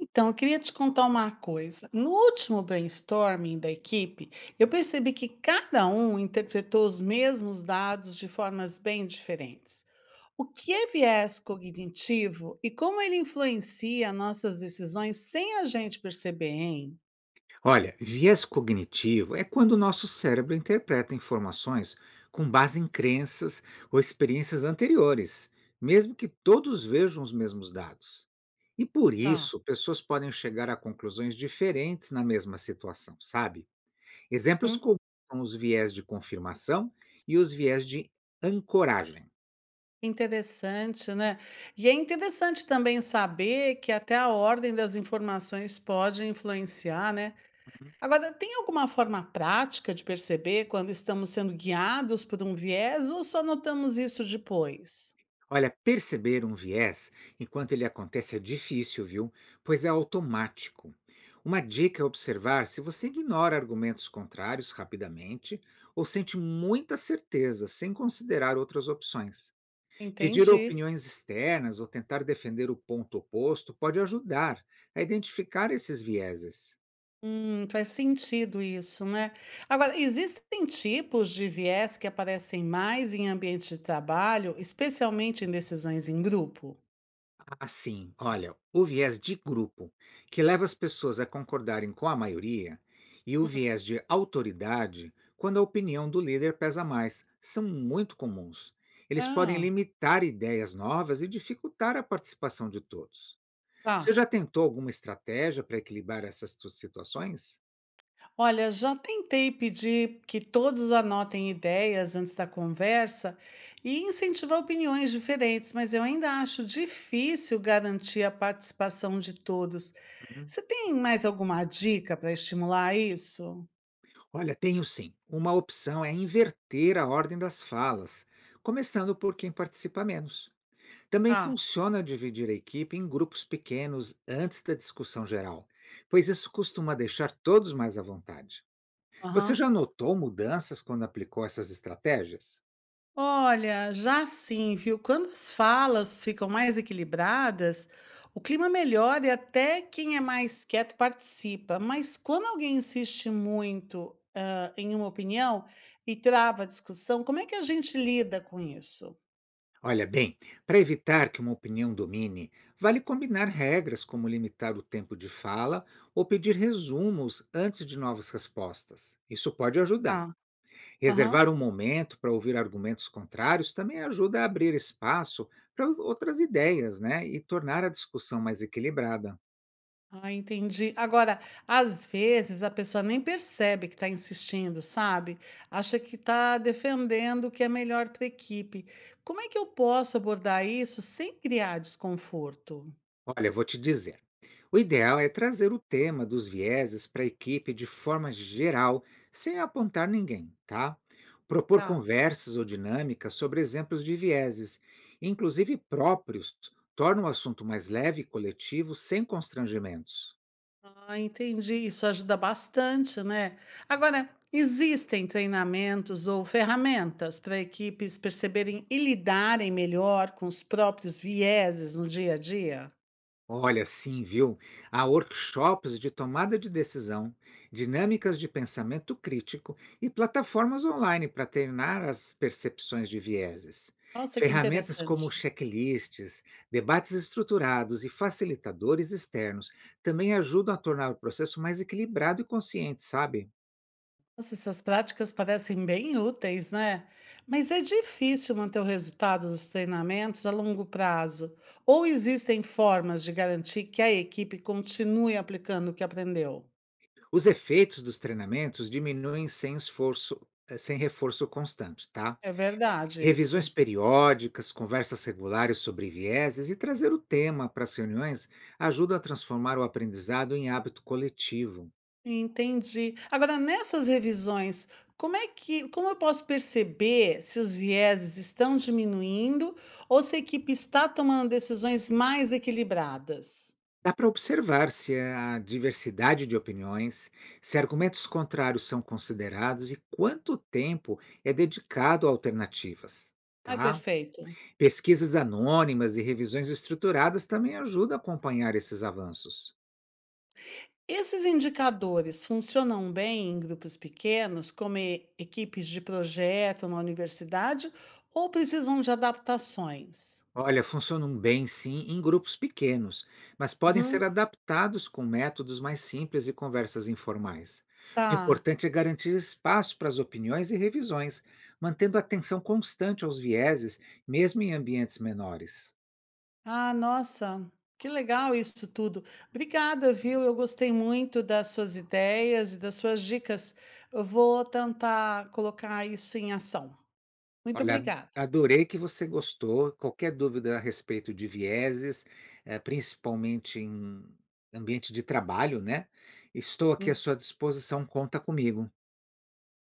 Então, eu queria te contar uma coisa. No último brainstorming da equipe, eu percebi que cada um interpretou os mesmos dados de formas bem diferentes. O que é viés cognitivo e como ele influencia nossas decisões sem a gente perceber, hein? Olha, viés cognitivo é quando o nosso cérebro interpreta informações com base em crenças ou experiências anteriores, mesmo que todos vejam os mesmos dados. E por Tá. isso, pessoas podem chegar a conclusões diferentes na mesma situação, sabe? Exemplos Hum, comuns são os viés de confirmação e os viés de ancoragem. interessante, né? E é interessante também saber que até a ordem das informações pode influenciar, né? Agora, tem alguma forma prática de perceber quando estamos sendo guiados por um viés ou só notamos isso depois? Olha, perceber um viés enquanto ele acontece é difícil, viu? Pois é automático. Uma dica é observar se você ignora argumentos contrários rapidamente ou sente muita certeza sem considerar outras opções. Pedir Entendi. opiniões externas ou tentar defender o ponto oposto pode ajudar a identificar esses vieses. Faz sentido isso, né? Agora, existem tipos de viés que aparecem mais em ambiente de trabalho, especialmente em decisões em grupo? Assim, olha, o viés de grupo, que leva as pessoas a concordarem com a maioria, e o viés de autoridade, quando a opinião do líder pesa mais, são muito comuns. Eles podem Ah, limitar ideias novas e dificultar a participação de todos. Você tá. já tentou alguma estratégia para equilibrar essas situações? Olha, já tentei pedir que todos anotem ideias antes da conversa e incentivar opiniões diferentes, mas eu ainda acho difícil garantir a participação de todos. Uhum. Você tem mais alguma dica para estimular isso? Olha, tenho sim. Uma opção é inverter a ordem das falas, começando por quem participa menos. Também Tá. funciona dividir a equipe em grupos pequenos antes da discussão geral, pois isso costuma deixar todos mais à vontade. Você já Aham. notou mudanças quando aplicou essas estratégias? Olha, já sim, viu? Quando as falas ficam mais equilibradas, o clima melhora e até quem é mais quieto participa. Mas quando alguém insiste muito, em uma opinião e trava a discussão, como é que a gente lida com isso? Olha bem, para evitar que uma opinião domine, vale combinar regras como limitar o tempo de fala ou pedir resumos antes de novas respostas. Isso pode ajudar. Ah, Reservar aham. um momento para ouvir argumentos contrários também ajuda a abrir espaço para outras ideias, né? E tornar a discussão mais equilibrada. Ah, entendi. Agora, às vezes a pessoa nem percebe que está insistindo, sabe? Acha que está defendendo o que é melhor para a equipe. Como é que eu posso abordar isso sem criar desconforto? Olha, eu vou te dizer. O ideal é trazer o tema dos vieses para a equipe de forma geral, sem apontar ninguém, tá? Propor Tá. conversas ou dinâmicas sobre exemplos de vieses, inclusive próprios, torna o assunto mais leve e coletivo, sem constrangimentos. Ah, entendi. Isso ajuda bastante, né? Agora, existem treinamentos ou ferramentas para equipes perceberem e lidarem melhor com os próprios vieses no dia a dia? Olha, sim, viu? Há workshops de tomada de decisão, dinâmicas de pensamento crítico e plataformas online para treinar as percepções de vieses. Nossa, que Ferramentas interessante. como checklists, debates estruturados e facilitadores externos também ajudam a tornar o processo mais equilibrado e consciente, sabe? Nossa, essas práticas parecem bem úteis, né? Mas é difícil manter o resultado dos treinamentos a longo prazo. Ou existem formas de garantir que a equipe continue aplicando o que aprendeu? Os efeitos dos treinamentos diminuem sem esforço, sem reforço constante, tá? É verdade isso. Revisões periódicas, conversas regulares sobre vieses e trazer o tema para as reuniões ajuda a transformar o aprendizado em hábito coletivo. Entendi. Agora, nessas revisões, como eu posso perceber se os vieses estão diminuindo ou se a equipe está tomando decisões mais equilibradas? Dá para observar se há diversidade de opiniões, se argumentos contrários são considerados e quanto tempo é dedicado a alternativas. Ai, Tá? perfeito. Pesquisas anônimas e revisões estruturadas também ajudam a acompanhar esses avanços. Esses indicadores funcionam bem em grupos pequenos, como equipes de projeto na universidade, ou precisam de adaptações? Olha, funcionam bem sim em grupos pequenos, mas podem ser Uhum, adaptados com métodos mais simples e conversas informais. O tá. importante é garantir espaço para as opiniões e revisões, mantendo atenção constante aos vieses, mesmo em ambientes menores. Ah, nossa, que legal isso tudo. Obrigada, viu? Eu gostei muito das suas ideias e das suas dicas. Eu vou tentar colocar isso em ação. Muito Olha, obrigada. adorei que você gostou. Qualquer dúvida a respeito de vieses, principalmente em ambiente de trabalho, né? Estou aqui à Uhum. sua disposição, conta comigo.